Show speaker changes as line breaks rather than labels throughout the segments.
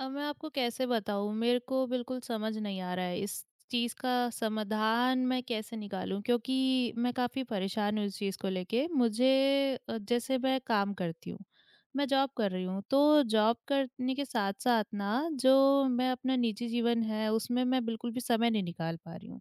अब मैं आपको कैसे बताऊँ? मेरे को बिल्कुल समझ नहीं आ रहा है, इस चीज़ का समाधान मैं कैसे निकालूँ? क्योंकि मैं काफ़ी परेशान हूँ इस चीज़ को लेके। मुझे जैसे मैं काम करती हूँ, मैं जॉब कर रही हूँ, तो जॉब करने के साथ-साथ ना, जो मैं अपना निजी जीवन है उसमें मैं बिल्कुल भी समय नहीं निकाल पा रही हूँ।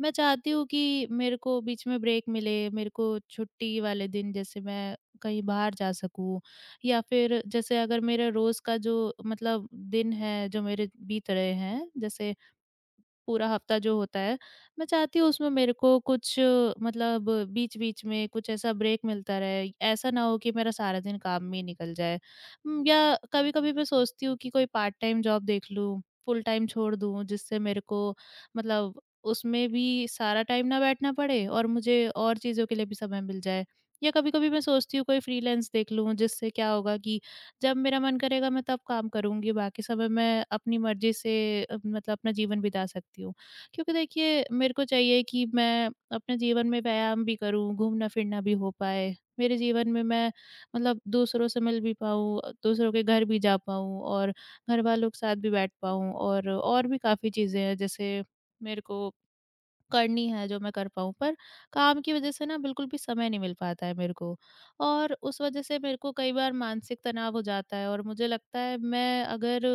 मैं चाहती हूँ कि मेरे को बीच में ब्रेक मिले, मेरे को छुट्टी वाले दिन जैसे मैं कहीं बाहर जा सकूँ, या फिर जैसे अगर मेरा रोज़ का जो, मतलब दिन है, जो मेरे बीत रहे हैं, जैसे पूरा हफ्ता जो होता है, मैं चाहती हूँ उसमें मेरे को कुछ, मतलब बीच-बीच में कुछ ऐसा ब्रेक मिलता रहे। ऐसा ना हो कि मेरा सारा दिन काम में ही निकल जाए। या कभी-कभी मैं सोचती हूँ कि कोई पार्ट टाइम जॉब देख लूँ, फुल टाइम छोड़ दूँ, जिससे मेरे को, मतलब उसमें भी सारा टाइम ना बैठना पड़े, और मुझे और चीज़ों के लिए भी समय मिल जाए। या कभी-कभी मैं सोचती हूँ कोई फ्रीलांस देख लूँ, जिससे क्या होगा कि जब मेरा मन करेगा मैं तब काम करूँगी, बाकी समय मैं अपनी मर्ज़ी से मतलब अपना जीवन बिता सकती हूँ। क्योंकि देखिए, मेरे को चाहिए कि मैं अपने जीवन में व्यायाम भी करूँ, घूमना-फिरना भी हो पाए, मेरे जीवन में मैं, मतलब दूसरों से मिल भी पाऊँ, दूसरों के घर भी जा पाऊँ, और घरवालों के साथ भी बैठ पाऊँ, और भी काफ़ी चीज़ें हैं जैसे मेरे को करनी है जो मैं कर पाऊँ, पर काम की वज़ह से ना बिल्कुल भी समय नहीं मिल पाता है मेरे को। और उस वज़ह से मेरे को कई बार मानसिक तनाव हो जाता है, और मुझे लगता है मैं अगर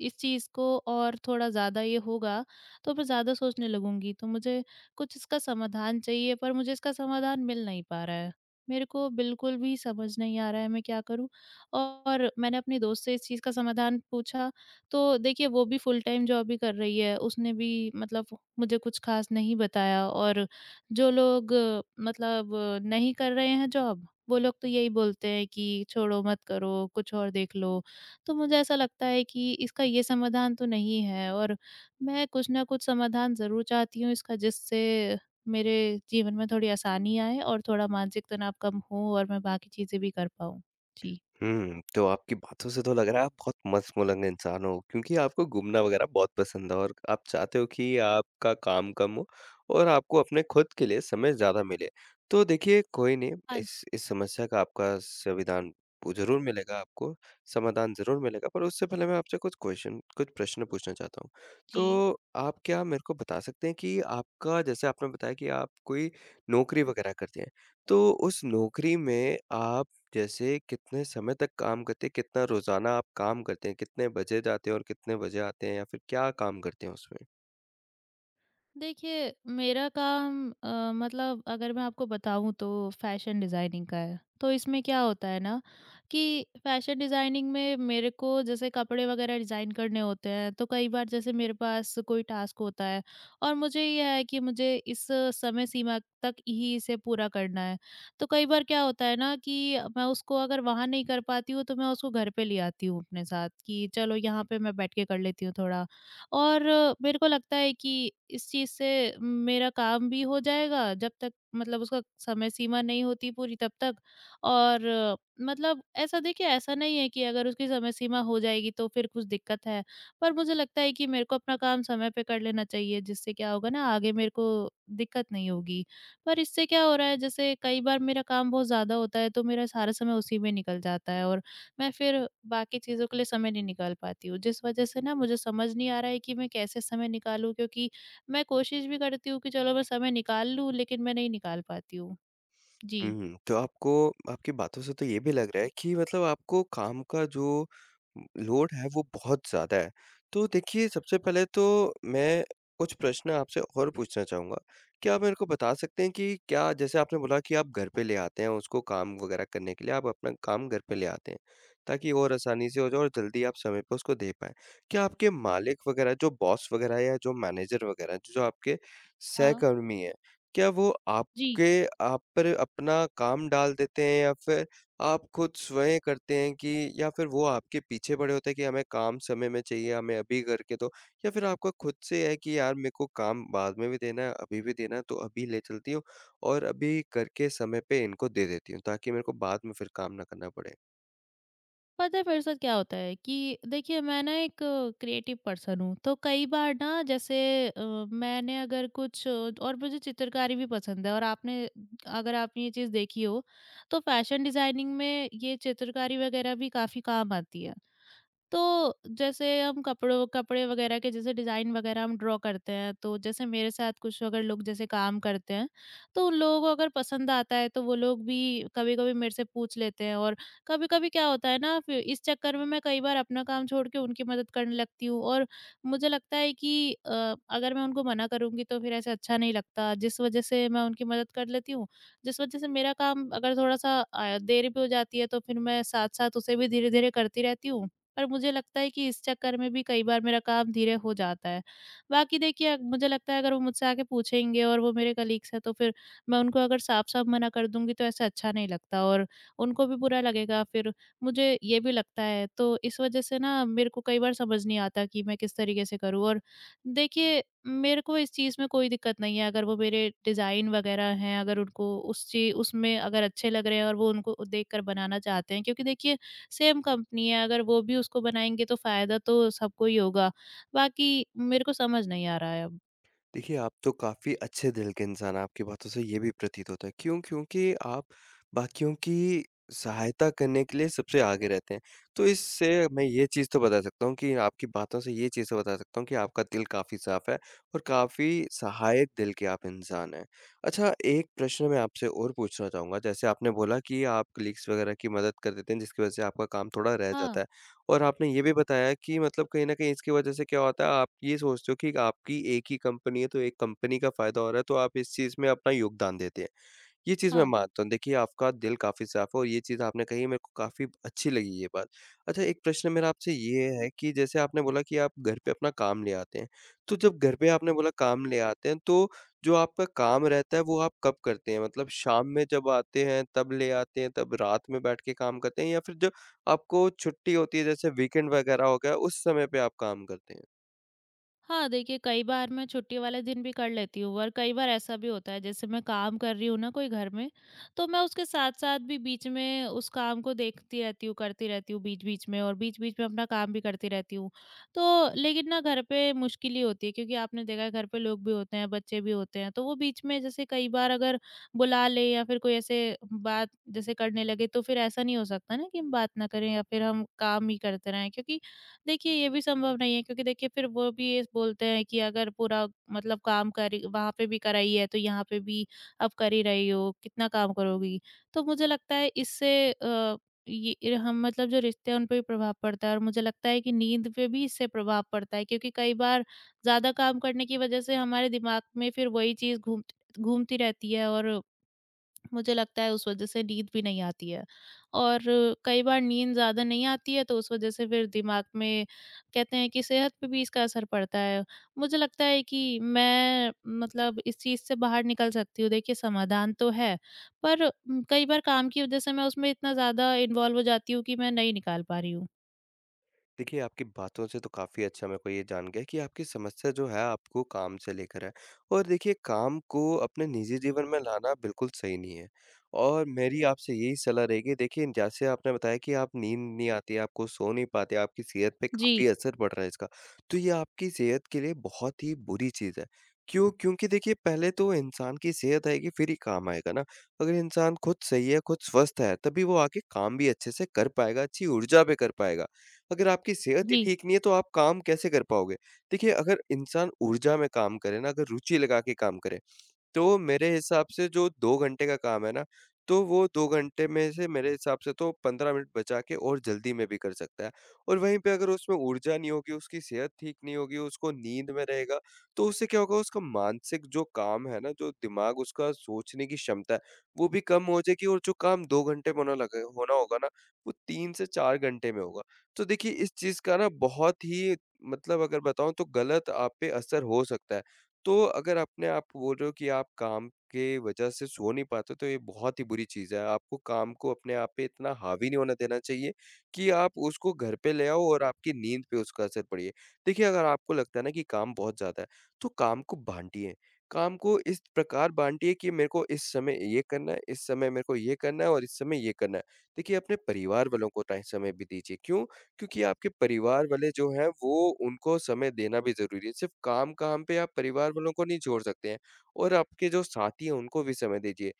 इस चीज़ को और थोड़ा ज़्यादा ये होगा, तो मैं ज़्यादा सोचने लगूँगी। तो मुझे कुछ इसका समाधान चाहिए, पर मुझे इसका समाधान मिल नहीं पा रहा है। मेरे को बिल्कुल भी समझ नहीं आ रहा है, मैं क्या करूँ? और मैंने अपने दोस्त से इस चीज़ का समाधान पूछा, तो देखिए वो भी फुल टाइम जॉब ही कर रही है, उसने भी, मतलब मुझे कुछ ख़ास नहीं बताया। और जो लोग मतलब नहीं कर रहे हैं जॉब, वो लोग तो यही बोलते हैं कि छोड़ो मत करो, कुछ और देख लो। तो मुझे ऐसा लगता है कि इसका ये समाधान तो नहीं है, और मैं कुछ ना कुछ समाधान ज़रूर चाहती हूँ इसका, जिससे मेरे जीवन में थोड़ी आसानी आए, और थोड़ा मानसिक तनाव कम हो, और मैं बाकी चीज़ें भी कर पाऊँ। जी।
तो आपकी बातों से तो लग रहा है आप बहुत मस्त-मौलंग इंसान हो, क्योंकि आपको घूमना वगैरह बहुत पसंद है और आप चाहते हो कि आपका काम कम हो और आपको अपने खुद के लिए समय ज़्यादा मिले। तो देखिए, कोई नहीं,
हाँ
इस
जी।
इस समस्या का आपका संविधान वो ज़रूर मिलेगा आपको, समाधान ज़रूर मिलेगा, पर उससे पहले मैं आपसे कुछ प्रश्न पूछना चाहता हूँ।
जी।
तो आप क्या मेरे को बता सकते हैं कि आपका, जैसे आपने बताया कि आप कोई नौकरी वगैरह करते हैं, तो उस नौकरी में आप जैसे कितने समय तक काम करते हैं? कितना रोज़ाना आप काम करते हैं? कितने बजे जाते हैं और कितने बजे आते हैं, या फिर क्या काम करते हैं उसमें?
देखिए, मेरा काम मतलब अगर मैं आपको बताऊँ तो फ़ैशन डिज़ाइनिंग का है। तो इसमें क्या होता है ना, कि फ़ैशन डिज़ाइनिंग में मेरे को जैसे कपड़े वगैरह डिज़ाइन करने होते हैं, तो कई बार जैसे मेरे पास कोई टास्क होता है, और मुझे ये है कि मुझे इस समय सीमा तक ही इसे पूरा करना है। तो कई बार क्या होता है ना, कि मैं उसको अगर वहाँ नहीं कर पाती हूँ, तो मैं उसको घर पे ले आती हूँ अपने साथ, कि चलो यहाँ पे मैं बैठ के कर लेती हूँ थोड़ा। और मेरे को लगता है कि इस चीज़ से मेरा काम भी हो जाएगा, जब तक, मतलब उसका समय सीमा नहीं होती पूरी तब तक। और मतलब ऐसा, देखिए ऐसा नहीं है कि अगर उसकी समय सीमा हो जाएगी तो फिर कुछ दिक्कत है। पर मुझे लगता है कि मेरे को अपना काम समय पे कर लेना चाहिए, जिससे क्या होगा ना, आगे मेरे को दिक्कत नहीं होगी। पर इससे क्या हो रहा है, जैसे कई बार मेरा काम बहुत ज़्यादा होता है, तो मेरा सारा समय उसी में निकल जाता है, और मैं फिर बाकी चीज़ों के लिए समय नहीं निकाल पाती हूँ। जिस वज़ह से ना मुझे समझ नहीं आ रहा है कि मैं कैसे समय निकालूँ, क्योंकि मैं कोशिश भी करती हूँ कि चलो मैं समय निकाल लूँ, लेकिन मैं नहीं निकाल पाती हूँ। जी।
हुँ। तो आपको, आपकी बातों से तो ये भी लग रहा है कि मतलब आपको काम का जो लोड है वो बहुत ज़्यादा है। तो देखिए, सबसे पहले तो मैं कुछ प्रश्न आपसे और पूछना चाहूँगा। क्या आप मेरे को बता सकते हैं कि, क्या जैसे आपने बोला कि आप घर पे ले आते हैं उसको, काम वग़ैरह करने के लिए आप अपना काम घर पे ले आते हैं, ताकि और आसानी से हो जाए और जल्दी आप समय पे उसको दे पाएँ। क्या आपके मालिक वग़ैरह, जो बॉस वग़ैरह या जो मैनेजर वग़ैरह, जो आपके
हाँ।
सहकर्मी हैं, क्या वो
जी।
आप पर अपना काम डाल देते हैं, या फिर आप खुद स्वयं करते हैं कि, या फिर वो आपके पीछे पड़े होते हैं कि हमें काम समय में चाहिए, हमें अभी करके दो, या फिर आपका खुद से है कि यार, मेरे को काम बाद में भी देना है, अभी भी देना है तो अभी ले चलती हूँ और अभी करके समय पे इनको दे देती हूँ ताकि मेरे को बाद में फिर काम ना करना पड़े?
पता है मेरे साथ क्या होता है कि, देखिए मैं ना एक क्रिएटिव पर्सन हूँ, तो कई बार ना जैसे अ, मैंने अगर कुछ, और मुझे चित्रकारी भी पसंद है, और आपने अगर आपने ये चीज़ देखी हो, तो फैशन डिज़ाइनिंग में ये चित्रकारी वगैरह भी काफ़ी काम आती है। तो जैसे हम कपड़ों कपड़े वगैरह के जैसे डिज़ाइन वगैरह हम ड्रॉ करते हैं, तो जैसे मेरे साथ कुछ अगर लोग जैसे काम करते हैं, तो उन लोगों को अगर पसंद आता है, तो वो लोग भी कभी-कभी मेरे से पूछ लेते हैं। और कभी-कभी क्या होता है ना, फिर इस चक्कर में मैं कई बार अपना काम छोड़ के उनकी मदद करने लगती हूँ, और मुझे लगता है कि अगर मैं उनको मना करूँगी तो फिर ऐसे अच्छा नहीं लगता, जिस वजह से मैं उनकी मदद कर लेती हूँ। जिस वजह से मेरा काम अगर थोड़ा सा देर भी हो जाती है, तो फिर मैं साथ-साथ उसे भी धीरे-धीरे करती रहती हूँ, पर मुझे लगता है कि इस चक्कर में भी कई बार मेरा काम धीरे हो जाता है। बाकी देखिए, मुझे लगता है अगर वो मुझसे आके पूछेंगे और वो मेरे कलीग्स हैं, तो फिर मैं उनको अगर साफ-साफ मना कर दूँगी, तो ऐसा अच्छा नहीं लगता, और उनको भी बुरा लगेगा फिर, मुझे ये भी लगता है। तो इस वज़ह से ना मेरे को कई बार समझ नहीं आता कि मैं किस तरीके से करूँ। और देखिए, मेरे को इस चीज़ में कोई दिक्कत नहीं है अगर वो मेरे डिज़ाइन वग़ैरह हैं, अगर उनको उस ची उसमें अगर अच्छे लग रहे हैं, और वो उनको देखकर बनाना चाहते हैं, क्योंकि देखिए सेम कंपनी है, अगर वो भी उसको बनाएँगे तो फ़ायदा तो सबको ही होगा। बाकी मेरे को समझ नहीं आ रहा है अब।
देखिए, आप तो काफ़ी अच्छे दिल के इंसान हैं, आपकी बातों से ये भी प्रतीत होता है। क्यों? क्योंकि आप बाकियों की सहायता करने के लिए सबसे आगे रहते हैं। तो इससे मैं ये चीज़ तो बता सकता हूँ, कि आपकी बातों से ये चीज़ तो बता सकता हूँ कि आपका दिल काफ़ी साफ़ है और काफ़ी सहायक दिल के आप इंसान हैं। अच्छा, एक प्रश्न मैं आपसे और पूछना चाहूँगा। जैसे आपने बोला कि आप कलीग्स वग़ैरह की मदद कर देते हैं, जिसकी वज़ह से आपका काम थोड़ा रह
हाँ,
जाता है, और आपने ये भी बताया कि मतलब कहीं न कहीं इसकी वजह से क्या होता है, आप ये सोचते हो कि आपकी एक ही कंपनी है, तो एक कंपनी का फ़ायदा हो रहा है, तो आप इस चीज़ में अपना योगदान देते हैं। ये चीज़ मैं
हाँ।
मानता हूँ। देखिए, आपका दिल काफ़ी साफ़ है, और ये चीज़ आपने कही, मेरे को काफ़ी अच्छी लगी ये बात। अच्छा, एक प्रश्न मेरा आपसे ये है कि जैसे आपने बोला कि आप घर पे अपना काम ले आते हैं, तो जब घर पे आपने बोला काम ले आते हैं, तो जो आपका काम रहता है वो आप कब करते हैं? मतलब शाम में जब आते हैं तब ले आते हैं, तब रात में बैठ के काम करते हैं, या फिर जब आपको छुट्टी होती है, जैसे वीकेंड वग़ैरह हो गया, उस समय पे आप काम करते हैं?
हाँ, देखिए कई बार मैं छुट्टी वाले दिन भी कर लेती हूँ, और कई बार ऐसा भी होता है, जैसे मैं काम कर रही हूँ ना कोई घर में, तो मैं उसके साथ-साथ भी बीच में उस काम को देखती रहती हूँ, करती रहती हूँ बीच-बीच में, और बीच-बीच में अपना काम भी करती रहती हूँ। तो लेकिन ना घर पे मुश्किल ही होती है, क्योंकि आपने देखा है घर पे लोग भी होते हैं, बच्चे भी होते हैं, तो वो बीच में जैसे कई बार अगर बुला ले, या फिर कोई ऐसे बात जैसे करने लगे, तो फिर ऐसा नहीं हो सकता ना कि हम बात ना करें, या फिर हम काम ही करते रहें, क्योंकि देखिए, ये भी संभव नहीं है। क्योंकि देखिए, फिर वो भी ये बोलते हैं कि अगर पूरा, मतलब काम करी वहाँ पे भी, कराई है तो यहाँ पे भी अब कर ही रही हो, कितना काम करोगी? तो मुझे लगता है इससे ये हम, मतलब जो रिश्ते हैं उन पे भी प्रभाव पड़ता है, और मुझे लगता है कि नींद पे भी इससे प्रभाव पड़ता है, क्योंकि कई बार ज़्यादा काम करने की वज़ह से हमारे दिमाग में फिर वही चीज़ घूम घूमती रहती है, और मुझे लगता है उस वजह से नींद भी नहीं आती है। और कई बार नींद ज़्यादा नहीं आती है, तो उस वजह से फिर दिमाग में, कहते हैं कि सेहत पे भी इसका असर पड़ता है। मुझे लगता है कि मैं, मतलब इस चीज़ से बाहर निकल सकती हूँ। देखिए समाधान तो है, पर कई बार काम की वजह से मैं उसमें इतना ज़्यादा इन्वॉल्व हो जाती हूँ कि मैं नहीं निकाल पा रही हूँ।
देखिए, आपकी बातों से तो काफ़ी अच्छा मेरे को ये जान गया कि आपकी समस्या जो है आपको काम से लेकर है, और देखिए, काम को अपने निजी जीवन में लाना बिल्कुल सही नहीं है, और मेरी आपसे यही सलाह रहेगी। देखिए, जैसे आपने बताया कि आप नींद नहीं आती, आपको सो नहीं पाते, आपकी सेहत पे
जी,
काफ़ी असर पड़ रहा है इसका। तो ये आपकी सेहत के लिए बहुत ही बुरी चीज़ है। क्यों? क्योंकि देखिए, पहले तो इंसान की सेहत आएगी फिर ही काम आएगा ना। अगर इंसान खुद सही है, खुद स्वस्थ है, तभी वो आगे काम भी अच्छे से कर पाएगा, अच्छी ऊर्जा पे कर पाएगा। अगर आपकी सेहत ही
जी।
ठीक नहीं है, तो आप काम कैसे कर पाओगे? देखिए, अगर इंसान ऊर्जा में काम करे ना, अगर रुचि लगा के काम करे, तो मेरे हिसाब से जो 2 घंटे का काम है ना, तो वो 2 घंटे में से मेरे हिसाब से तो 15 मिनट बचा के और जल्दी में भी कर सकता है। और वहीं पे अगर उसमें ऊर्जा नहीं होगी, उसकी सेहत ठीक नहीं होगी, उसको नींद में रहेगा, तो उससे क्या होगा, उसका मानसिक जो काम है ना, जो दिमाग उसका सोचने की क्षमता है, वो भी कम हो जाएगी, और जो काम 2 घंटे में होना लगे होना होगा ना, वो 3 से 4 घंटे में होगा। तो देखिए, इस चीज़ का ना बहुत ही, मतलब अगर बताऊँ तो गलत आप पे असर हो सकता है। तो अगर अपने आप को बोल रहे हो कि आप काम के वजह से सो नहीं पाते, तो ये बहुत ही बुरी चीज़ है। आपको काम को अपने आप पे इतना हावी नहीं होने देना चाहिए कि आप उसको घर पे ले आओ और आपकी नींद पे उसका असर पड़े। देखिए, अगर आपको लगता है ना कि काम बहुत ज़्यादा है, तो काम को बाँटिए। काम को इस प्रकार बाँटिए कि मेरे को इस समय ये करना है, इस समय मेरे को ये करना है, और इस समय ये करना है। देखिए, अपने परिवार वालों को टाइ समय भी दीजिए। क्यों? क्योंकि आपके परिवार वाले जो हैं वो, उनको समय देना भी ज़रूरी है। सिर्फ़ काम-काम पे आप परिवार वालों को नहीं छोड़ सकते हैं, और आपके जो साथी हैं उनको भी समय दीजिए।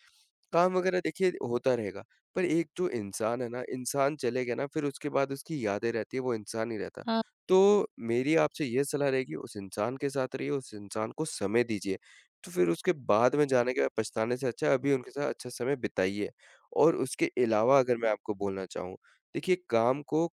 काम वग़ैरह देखिए होता रहेगा, पर एक जो इंसान है ना, इंसान चले गया ना, फिर उसके बाद उसकी यादें रहती हैं, वो इंसान नहीं रहता।
हाँ।
तो मेरी आपसे ये सलाह रहेगी, उस इंसान के साथ रहिए, उस इंसान को समय दीजिए। तो फिर उसके बाद में जाने के बाद पछताने से अच्छा है अभी उनके साथ अच्छा समय बिताइए। और उसके अलावा अगर मैं आपको बोलना चाहूँ, देखिए, काम को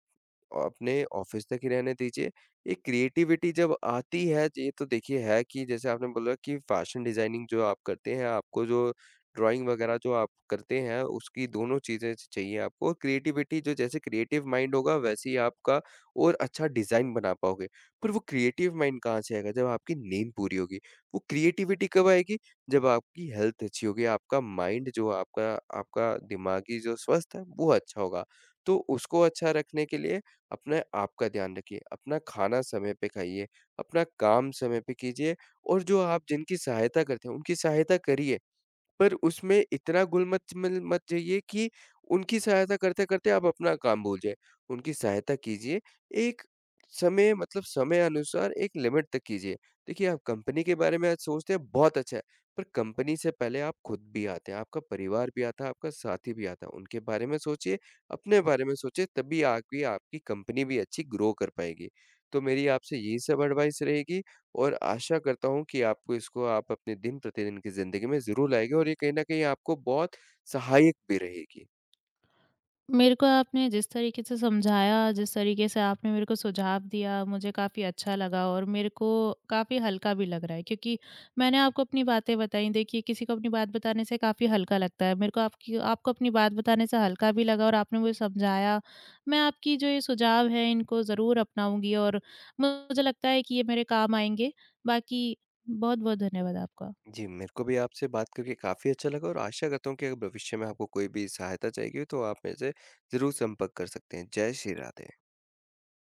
अपने ऑफ़िस तक ही रहने दीजिए। ये क्रिएटिविटी जब आती है, ये तो देखिए है कि जैसे आपने बोला कि फ़ैशन डिज़ाइनिंग जो आप करते हैं, आपको जो ड्राइंग वग़ैरह जो आप करते हैं, उसकी दोनों चीज़ें च चाहिए आपको, और क्रिएटिविटी जो, जैसे क्रिएटिव माइंड होगा, वैसे ही आपका और अच्छा डिज़ाइन बना पाओगे। पर वो क्रिएटिव माइंड कहाँ से आएगा? जब आपकी नींद पूरी होगी। वो क्रिएटिविटी कब आएगी? जब आपकी हेल्थ अच्छी होगी, आपका माइंड जो आपका आपका दिमागी जो स्वस्थ है, वो अच्छा होगा। तो उसको अच्छा रखने के लिए अपने आप का ध्यान रखिए, अपना खाना समय पे खाइए, अपना काम समय पे कीजिए, और जो आप जिनकी सहायता करते हैं, उनकी सहायता करिए। पर उसमें इतना घुल मच मिल मत जाइए कि उनकी सहायता करते-करते आप अपना काम भूल जाएँ। उनकी सहायता कीजिए, एक समय, मतलब समय अनुसार एक लिमिट तक कीजिए। देखिए, आप कंपनी के बारे में आज सोचते हैं, बहुत अच्छा है, पर कंपनी से पहले आप खुद भी आते हैं, आपका परिवार भी आता है, आपका साथी भी आता है। उनके बारे में सोचिए, अपने बारे में सोचिए, तभी आपकी आपकी कंपनी भी अच्छी ग्रो कर पाएगी। तो मेरी आपसे यही सब एडवाइस रहेगी, और आशा करता हूँ कि आपको इसको आप अपने दिन-प्रतिदिन की ज़िंदगी में ज़रूर लाएँगे, और ये कहीं न कहीं आपको बहुत सहायक भी रहेगी।
मेरे को आपने जिस तरीके से समझाया, जिस तरीके से आपने मेरे को सुझाव दिया, मुझे काफ़ी अच्छा लगा, और मेरे को काफ़ी हल्का भी लग रहा है, क्योंकि मैंने आपको अपनी बातें बताई। देखिए, किसी को अपनी बात बताने से काफ़ी हल्का लगता है। मेरे को आपकी आपको अपनी बात बताने से हल्का भी लगा, और आपने मुझे समझाया। मैं आपकी जो ये सुझाव है, इनको ज़रूर अपनाऊँगी, और मुझे लगता है कि ये मेरे काम आएँगे। बाकी बहुत-बहुत धन्यवाद आपका।
जी, मेरे को भी आपसे बात करके काफ़ी अच्छा लगा, और आशा करता हूँ कि अगर भविष्य में आपको कोई भी सहायता चाहिए हो तो आप मेरे से ज़रूर संपर्क कर सकते हैं। जय श्री राधे।